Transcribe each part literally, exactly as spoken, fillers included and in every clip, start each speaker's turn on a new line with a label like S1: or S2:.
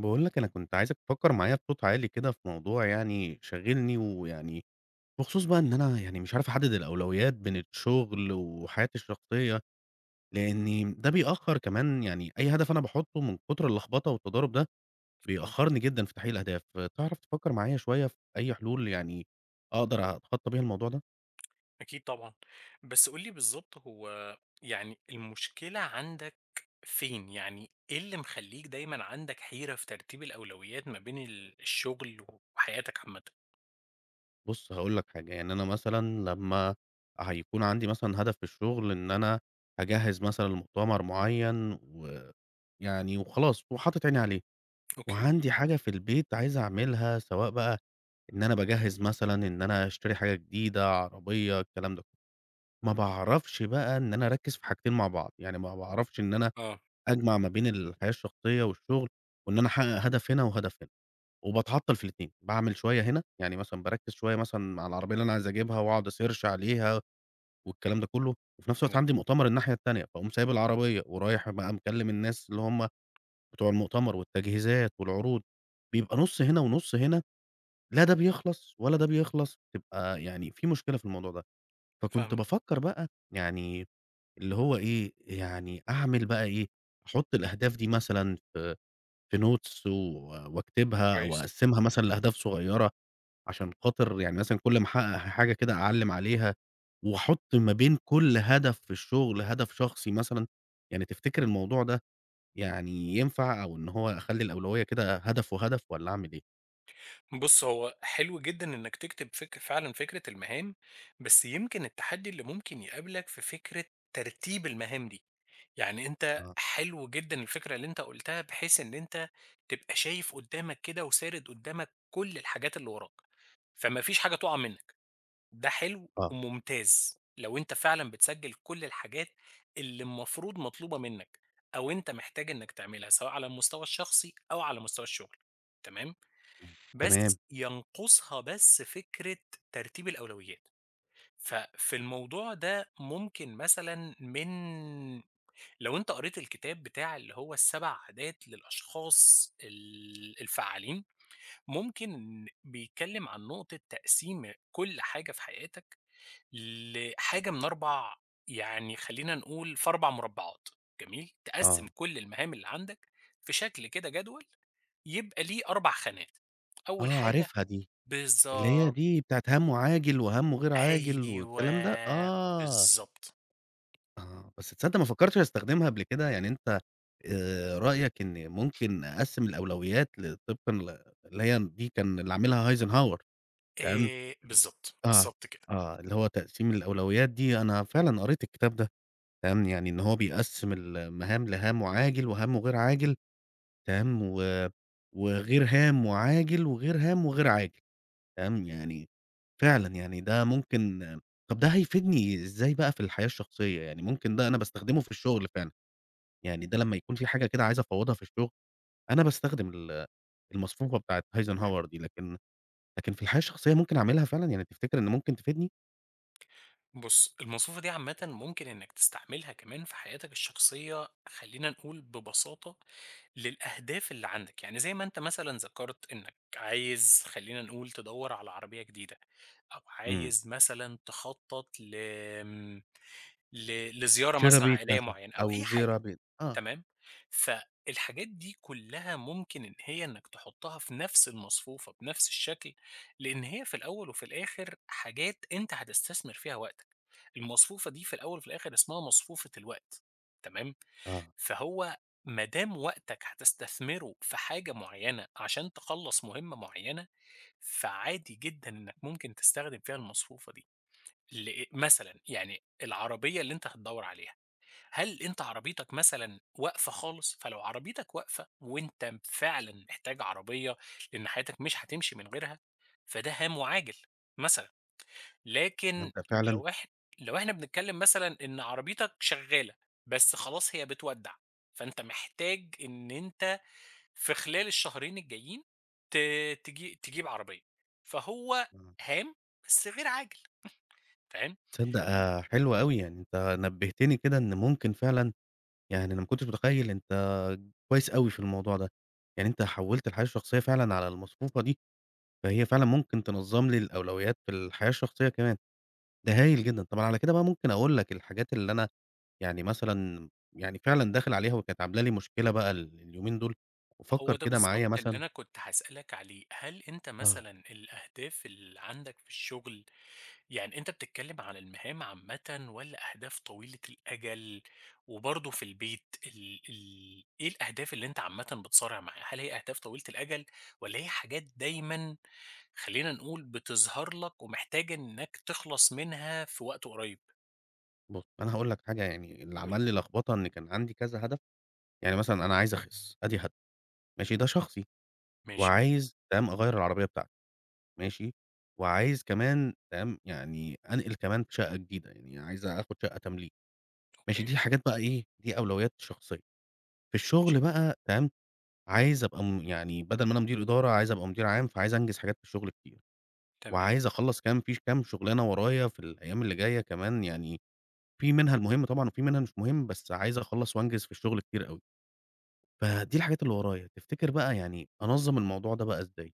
S1: باقول لك أنا كنت عايزك تفكّر معايا بصوت عالي كده في موضوع يعني شاغلني، ويعني بخصوص بقى إن أنا يعني مش عارف أحدد الأولويات بين الشغل وحياتي الشخصية، لإن ده بيأخّر كمان يعني أي هدف أنا باحطّه من كتر اللخبطة والتضارب ده،
S2: مفهوم.
S1: بيأخّرني جدًا في تحقيق الأهداف. تعرف تفكّر معايا شوية في أي حلول يعني أقدر أتخطّى بيها الموضوع ده؟
S2: أكيد طبعًا. بس قُل لي بالضبط هو يعني المشكلة عندك فين؟ يعني إيه اللي مخلّيك دايمًا عندك حيرة في ترتيب الأولويات ما بين ال الشغل وحياتك عامةً؟
S1: بُص هاقول لك حاجة، يعني أنا مثلًا لمّا هيكون عندي مثلًا هدف في الشغل إن أنا هاجهّز مثلًا لمؤتمر معيّن ويعني وخلاص وحاطط عيني عليه،
S2: أوكي.
S1: وعندي حاجة في البيت عايز أعملها سواء بقى إن أنا باجهّز مثلًا إن أنا أشتري حاجة جديدة، عربية، الكلام ده كله، ما باعرفش بقى إن أنا أركّز في حاجتين مع بعض، يعني ما باعرفش إن أنا
S2: آه،
S1: أجمع ما بين الحياة الشخصية والشغل وإن أنا أحقق هدف هنا وهدف هنا. وباتعطّل في الاتنين، باعمل شوية هنا، يعني مثلًا باركّز شوية مثلًا على العربية اللي أنا عايز أجيبها وأقعد أسيرش عليها والكلام ده كلّه، وفي نفس الوقت
S2: تمام.
S1: عندي مؤتمر الناحية التانية، فاقوم سايب العربية ورايح بقى مكلّم الناس اللي هم بتوع المؤتمر والتجهيزات والعروض، بيبقى نُص هنا ونُص هنا، لا ده بيخلص ولا ده بيخلص، تبقى يعني في مشكلة في الموضوع ده، فكنت
S2: فاهمك
S1: بافكّر بقى يعني اللي هو إيه، يعني أعمل بقى إيه، أحُط الأهداف دي مثلًا في في notes و واكتبها أو
S2: كويس.
S1: أقسّمها مثلًا لأهداف صغيّرة عشان خاطر يعني مثلًا كل ما أحقق حاجة كده أعلّم عليها، وأحط ما بين كل هدف في الشغل هدف شخصي مثلًا، يعني تفتكر الموضوع ده يعني ينفع أو إن هو أخلّي الأولوية كده هدف وهدف والّا أعمل إيه؟
S2: بُص، هو حلو جدًا إنك تكتب فك فعلًا فكرة المهام، بس يمكن التحدي اللي ممكن يقابلك في فكرة ترتيب المهام دي. يعني أنت
S1: آه،
S2: حلو جدًا الفكرة اللي أنت قُلتها، بحيث إن أنت تبقى شايف قدّامك كده وسارد قدّامك كل الحاجات اللي وراك، فما فيش حاجة تُقع منّك، ده حلو
S1: آه،
S2: وممتاز، لو أنت فعلًا بتسجّل كل الحاجات اللي المفروض مطلوبة منّك، أو أنت محتاج إنّك تعملها، سواء على المستوى الشخصي أو على مستوى الشغل، تمام،
S1: آه. تمام،
S2: بس ينقصها بس فكرة ترتيب الأولويات، ففي الموضوع ده ممكن مثلًا من لو أنت قريت الكتاب بتاع اللي هو السبع عادات للأشخاص ال الفعّالين، ممكن إن بيتكلّم عن نقطة تقسيم كل حاجة في حياتك لحاجة من أربعة يعني خلّينا نقول في أربع مربعات، جميل؟ تقسّم
S1: آه،
S2: كل المهام اللي عندك في شكل كده جدول يبقى ليه أربع خانات، أول
S1: آه
S2: حاجة
S1: عارفها دي، اللي هي
S2: بالضبط،
S1: دي بتاعة هَم وعاجل وهَم غير عاجل والكلام ده؟
S2: أيوه،
S1: آه.
S2: بالضبط،
S1: آه، بس تصدّق ما فكّرتش أستخدمها قبل كده، يعني أنت آآ رأيك إن ممكن أقسّم الأولويات ل طبقًا ل اللي هي دي كان اللي عاملها Eisenhower. تمام،
S2: آآ
S1: إمم.
S2: بالضبط،
S1: آه،
S2: بالضبط كده.
S1: آه، اللي هو تقسيم الأولويات دي أنا فعلًا قريت الكتاب ده، تمام، يعني إن هو بيقسّم المهام لهام وعاجل وهام وغير عاجل، تمام، و وغير هام وعاجل وغير هام وغير عاجل. تمام، يعني فعلًا يعني ده ممكن. طب ده هيفيدني إزاي بقى في الحياة الشخصية؟ يعني ممكن ده أنا باستخدمه في الشغل فعلًا، يعني ده لمّا يكون في حاجة كده عايز أفوّضها في الشغل، أنا باستخدم ال المصفوفة بتاعة
S2: تمام.
S1: Eisenhower دي، لكن لكن في الحياة الشخصية ممكن أعملها فعلًا؟ يعني تفتكر إن ممكن تفيدني؟
S2: بُص، المصفوفة دي عامةً ممكن إنك تستعملها كمان في حياتك الشخصية، خلّينا نقول ببساطة للأهداف اللي عندك، يعني زي ما أنت مثلًا ذكرت إنك عايز خلّينا نقول تدوّر على عربية جديدة، أو
S1: إمم،
S2: عايز مثلًا تخطط ل آمم، ل لزيارة مثلًا
S1: شيرابيت
S2: عائلية
S1: مثلًا
S2: معينة أو
S1: أو
S2: أي حاجة.
S1: زيرابيت آه،
S2: تمام؟ فالحاجات دي كلّها ممكن إن هي إنّك تحطّها في نفس المصفوفة بنفس الشكل، لإن هي في الأول وفي الآخر حاجات أنت هتستثمر فيها وقتك، المصفوفة دي في الأول وفي الآخر اسمها مصفوفة الوقت، تمام؟
S1: آه،
S2: فهو ما دام وقتك هتستثمره في حاجة معيّنة عشان تخلّص مهمة معيّنة، فعادي جدًا إنّك ممكن تستخدم فيها المصفوفة دي، ل مثلًا يعني العربية اللي أنت هتدوّر عليها. هل أنت عربيتك مثلًا واقفة خالص؟ فلو عربيتك واقفة وأنت فعلًا محتاج عربية لإن حياتك مش هتمشي من غيرها، فده هام وعاجل مثلًا، لكن
S1: تصدق فعلًا
S2: لو إح لو إحنا بنتكلّم مثلًا إن عربيتك شغّالة، بس خلاص هي بتودّع، فأنت محتاج إن أنت في خلال الشهرين الجايين ت تجي تجيب عربية، فهو
S1: آه،
S2: هام بس غير عاجل، فاهم؟
S1: تصدق آه، حلو أوي، يعني أنت نبهتني كده إن ممكن فعلًا يعني أنا ما كنتش متخيّل أنت كويس أوي في الموضوع ده، يعني أنت حوّلت الحياة الشخصية فعلًا على المصفوفة دي، فهي فعلًا ممكن تنظّم لي الأولويات في الحياة الشخصية كمان، ده هايل جدًا، طبعًا على كده بقى ممكن أقول لك الحاجات اللي أنا يعني مثلًا يعني فعلًا داخل عليها وكانت عاملة لي مشكلة بقى ال اليومين دول،
S2: هو
S1: وفكّر
S2: ده
S1: كده معايا
S2: بالضبط اللي
S1: مثلًا.
S2: أنا كنت هاسألك عليه، هل أنت
S1: آه،
S2: مثلًا الأهداف اللي عندك في الشغل يعني أنت بتتكلم عن المهام عامةً والّا أهداف طويلة الأجل؟ وبرضه في البيت ال ال إيه الأهداف اللي أنت عامةً بتصارع معاها؟ هل هي أهداف طويلة الأجل والّا هي حاجات دايمًا خلّينا نقول بتظهر لك ومحتاج إنك تخلص منها في وقت قريب؟
S1: بُص أنا هاقول لك حاجة يعني اللي
S2: قُل لي.
S1: عمل لي لخبطة إن كان عندي كذا هدف، يعني مثلًا أنا عايز أخِس، أدي هدف، ماشي، ده شخصي،
S2: ماشي،
S1: وعايز تمام أغيّر العربية بتاعتي، ماشي، وعايز كمان تمام، يعني أنقل كمان شقة جديدة، يعني عايز آخد شقة تمليك، ماشي،
S2: أوكي،
S1: دي حاجات بقى إيه، دي أولويات شخصية. في
S2: ماشي،
S1: الشغل بقى تمام، عايز أبقى م يعني بدل ما أنا مدير إدارة، عايز أبقى مدير عام، فعايز أنجز حاجات في الشغل كتير،
S2: تمام.
S1: وعايز أخلّص كام في كام شغلانة ورايا في الأيام اللي جاية كمان يعني، في منها المهم طبعًا وفي منها مش مهم، بس عايز أخلّص وأنجز في الشغل كتير أوي. فدي الحاجات اللي ورايا، تفتكر بقى يعني أنظّم الموضوع ده بقى إزاي؟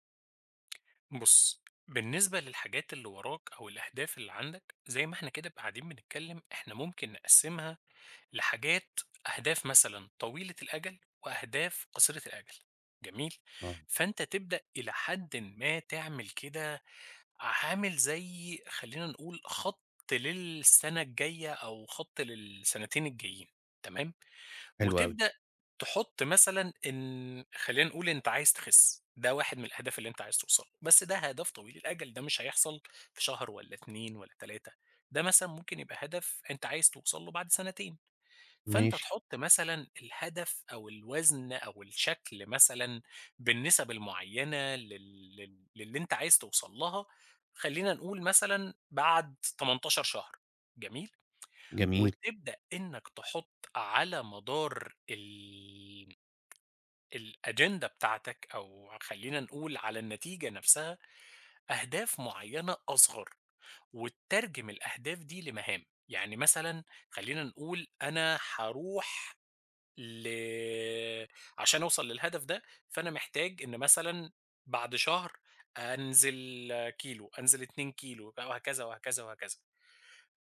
S2: بُص، بالنسبة للحاجات اللي وراك أو الأهداف اللي عندك، زي ما إحنا كده قاعدين بنتكلّم، إحنا ممكن نقسّمها لحاجات أهداف مثلًا طويلة الأجل وأهداف قصيرة الأجل، جميل؟
S1: آه،
S2: فأنت تبدأ إلى حدٍ ما تعمل كده عامل زي خلّينا نقول خَط للسَنة الجاية أو خَط للسنتين الجايين، تمام؟
S1: حلو أوي،
S2: وتبدأ تحط مثلًا إن خلّينا نقول أنت عايز تخس، ده واحد من الأهداف اللي أنت عايز توصل له، بس ده هدف طويل الأجل، ده مش هيحصل في شهر والّا اثنين والّا تلاتة، ده مثلًا ممكن يبقى هدف أنت عايز توصل له بعد سنتين، فأنت
S1: ماشي،
S2: تحط مثلًا الهدف أو الوزن أو الشكل مثلًا بالنسب المعيّنة لل لل للي أنت عايز توصل لها، خلّينا نقول مثلًا بعد تمنتاشر شهر، جميل؟
S1: جميل،
S2: وتبدأ إنك تحط على مدار ال الأجندة بتاعتك أو خلّينا نقول على النتيجة نفسها أهداف معيّنة أصغر، وتترجم الأهداف دي لمهام، يعني مثلًا خلّينا نقول أنا هاروح ل عشان أوصل للهدف ده، فأنا محتاج إن مثلًا بعد شهر أنزل كيلو، أنزل اتنين كيلو، وهكذا، وهكذا، وهكذا.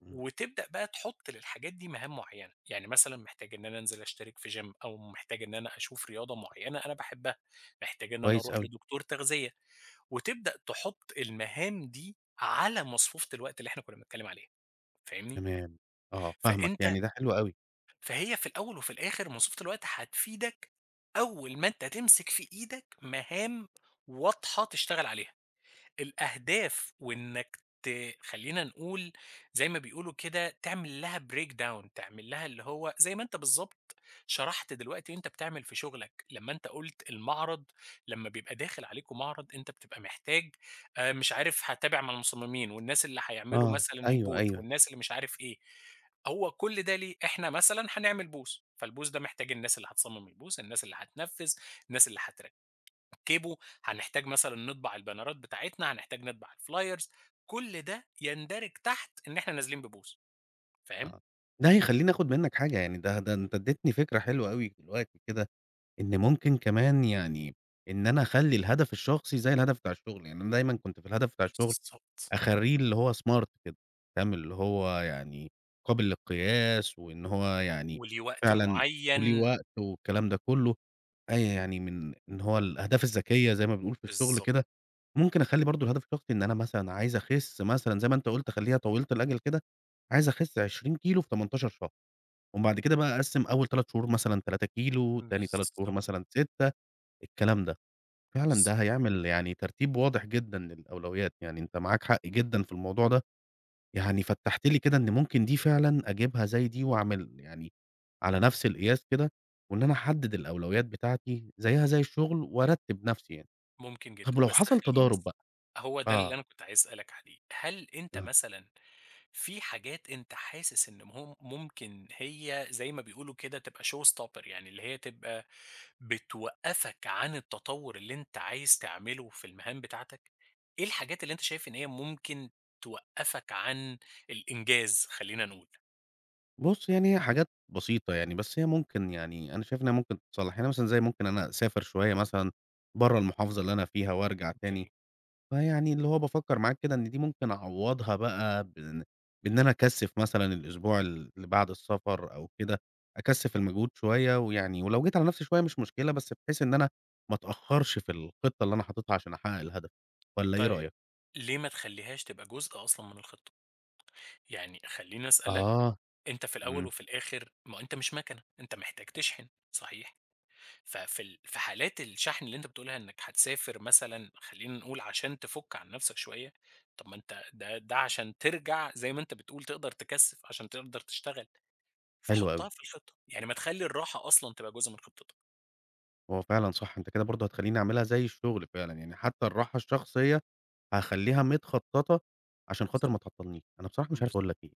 S1: إمم،
S2: وتبدأ بقى تحط للحاجات دي مهام معينة، يعني مثلًا محتاج إن أنا أنزل أشترك في gym أو محتاج إن أنا أشوف رياضة معينة أنا باحبها، محتاج إن أنا
S1: كويس
S2: أروح
S1: أوي.
S2: لدكتور تغذية، وتبدأ تحط المهام دي على مصفوفة الوقت اللي إحنا كنا بنتكلم عليها، فاهمني؟
S1: تمام، آه فاهمك،
S2: فأنت
S1: يعني ده حلو أوي،
S2: فهي في الأول وفي الآخر مصفوفة الوقت هتفيدك أول ما أنت تمسك في إيدك مهام واضحة تشتغل عليها. الأهداف وإنّك ت خلّينا نقول زي ما بيقولوا كده تعمل لها break down تعمل لها اللي هو زي ما أنت بالضبط شرحت دلوقتي وأنت بتعمل في شغلك، لمّا أنت قُلت المعرض لمّا بيبقى داخل عليكم معرض أنت بتبقى محتاج آآ مش عارف هاتابع مع المصممين والناس اللي هيعملوا
S1: آه،
S2: مثلًا
S1: أيوه،
S2: البوث
S1: أيوه،
S2: والناس اللي مش عارف إيه، هو كل ده ليه؟ إحنا مثلًا هنعمل بوث، فالبوث ده محتاج الناس اللي هتصمم البوث، الناس اللي هتنفّذ، الناس اللي هتر كيبو، هنحتاج مثلًا نطبع البانرات بتاعتنا، هنحتاج نطبع الفلايرز، كل ده يندرج تحت إن إحنا نازلين بBooth فاهم؟
S1: ده هيخلّيني آخد منّك حاجة، يعني ده ده أنت ادّيتني فكرة حلوة أوي دلوقتي كده، إن ممكن كمان يعني إن أنا أخلّي الهدف الشخصي زي الهدف بتاع الشغل، يعني أنا دايمًا كنت في الهدف بتاع الشغل
S2: بالضبط.
S1: أخلّيه اللي هو smart كده، تمام، اللي هو يعني قابل للقياس، وإن هو يعني
S2: وليه وقت
S1: فعلًا وليه
S2: معين
S1: وقت والكلام ده كلّه، أي يعني من إن هو الأهداف الذكية زي ما بنقول في الشغل
S2: بالضبط،
S1: كده. ممكن أخلّي برضه الهدف الشخصي إن أنا مثلًا عايز أخِسّ مثلًا زي ما أنت قُلت أخلّيها طويلة الأجل كده، عايز أخِسّ 20 كيلو في 18 شهر، وبعد كده بقى أقسّم أول 3 شهور مثلًا 3 كيلو، تاني 3 شهور
S2: بالضبط،
S1: مثلًا ستة، الكلام ده. فعلًا ده
S2: بالضبط.
S1: هيعمل يعني ترتيب واضح جدًا للأولويات، يعني أنت معاك حق جدًا في الموضوع ده، يعني فتّحت لي كده إن ممكن دي فعلًا أجيبها زي دي وأعمل يعني على نفس القياس كده، وإن أنا أحدّد الأولويات بتاعتي زيها زي الشغل وأرتّب نفسي يعني.
S2: ممكن جدًا،
S1: طب ولو
S2: بس
S1: حصل
S2: خلّيني
S1: تضارب
S2: أس
S1: بقى؟
S2: هو ده اللي أنا كنت عايز أسألك عليه، هل أنت
S1: آه.
S2: مثلًا في حاجات أنت حاسس إن هم ممكن هي زي ما بيقولوا كده تبقى show stopper يعني اللي هي تبقى بتوقّفك عن التطوّر اللي أنت عايز تعمله في المهام بتاعتك؟ إيه الحاجات اللي أنت شايف إن هي ممكن توقّفك عن الإنجاز خلّينا نقول؟
S1: بُص، يعني هي حاجات بسيطة يعني، بس هي ممكن يعني أنا شايف إنها ممكن تتصلّح، يعني مثلًا زي ممكن أنا أسافر شوية مثلًا برّه المحافظة اللي أنا فيها وأرجع تاني،
S2: أوكي.
S1: فيعني اللي هو بافكّر معاك كده إن دي ممكن أعوّضها بقى بإن بإن أنا أكثّف مثلًا الأسبوع ال اللي بعد السفر أو كده، أكثّف المجهود شوية ويعني ولو جيت على نَفْسي شوية مش مشكلة، بس بحيث إن أنا ما أتأخّرش في الخطة اللي أنا حاططها عشان أحقق الهدف، والّا إيه
S2: طيب
S1: رأيك؟
S2: ليه ما تخلّيهاش تبقى جزء أصلًا من الخطة؟ يعني خلّيني أسألك،
S1: آه،
S2: أنت في الأول
S1: إمم،
S2: وفي الآخر ما هو أنت مش مَكَنة، أنت محتاج تشحن صحيح؟ ففي ال في حالات الشحن اللي أنت بتقولها إنك هتسافر مثلًا خلّينا نقول عشان تفُك عن نَفْسك شوية، طَب ما أنت ده ده عشان ترجع زي ما أنت بتقول تقدر تكثّف عشان تقدر تشتغل،
S1: حلو
S2: فحُطّها
S1: أوي.
S2: في الخطة، يعني ما تخلّي الراحة أصلًا تبقى جزء من خطتك.
S1: هو فعلًا صح، أنت كده برضه هتخلّيني أعملها زي الشغل فعلًا، يعني حتى الراحة الشخصية هاخلّيها متخططة عشان خاطر ما تعطّلنيش. أنا بصراحة مش عارف
S2: بس
S1: أقول لك إيه،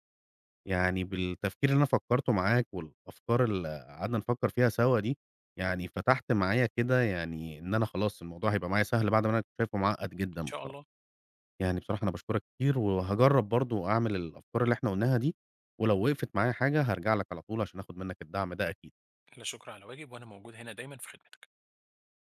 S1: يعني بالتفكير اللي أنا فكّرته معاك والأفكار اللي قعدنا نفكّر فيها سوا دي، يعني فتحت معايا كده يعني إن أنا خلاص الموضوع هيبقى معايا سهل بعد ما أنا كنت شايفه معقّد جدًا
S2: إن شاء
S1: بصراحة.
S2: الله،
S1: يعني بصراحة أنا باشكرك كتير وهاجرّب برضه أعمل الأفكار اللي إحنا قُلناها دي، ولو وقفت معايا حاجة هارجع لك على طول عشان آخُد منّك الدعم ده أكيد.
S2: لا شُكر على واجب وأنا موجود هنا دايمًا في خدمتك.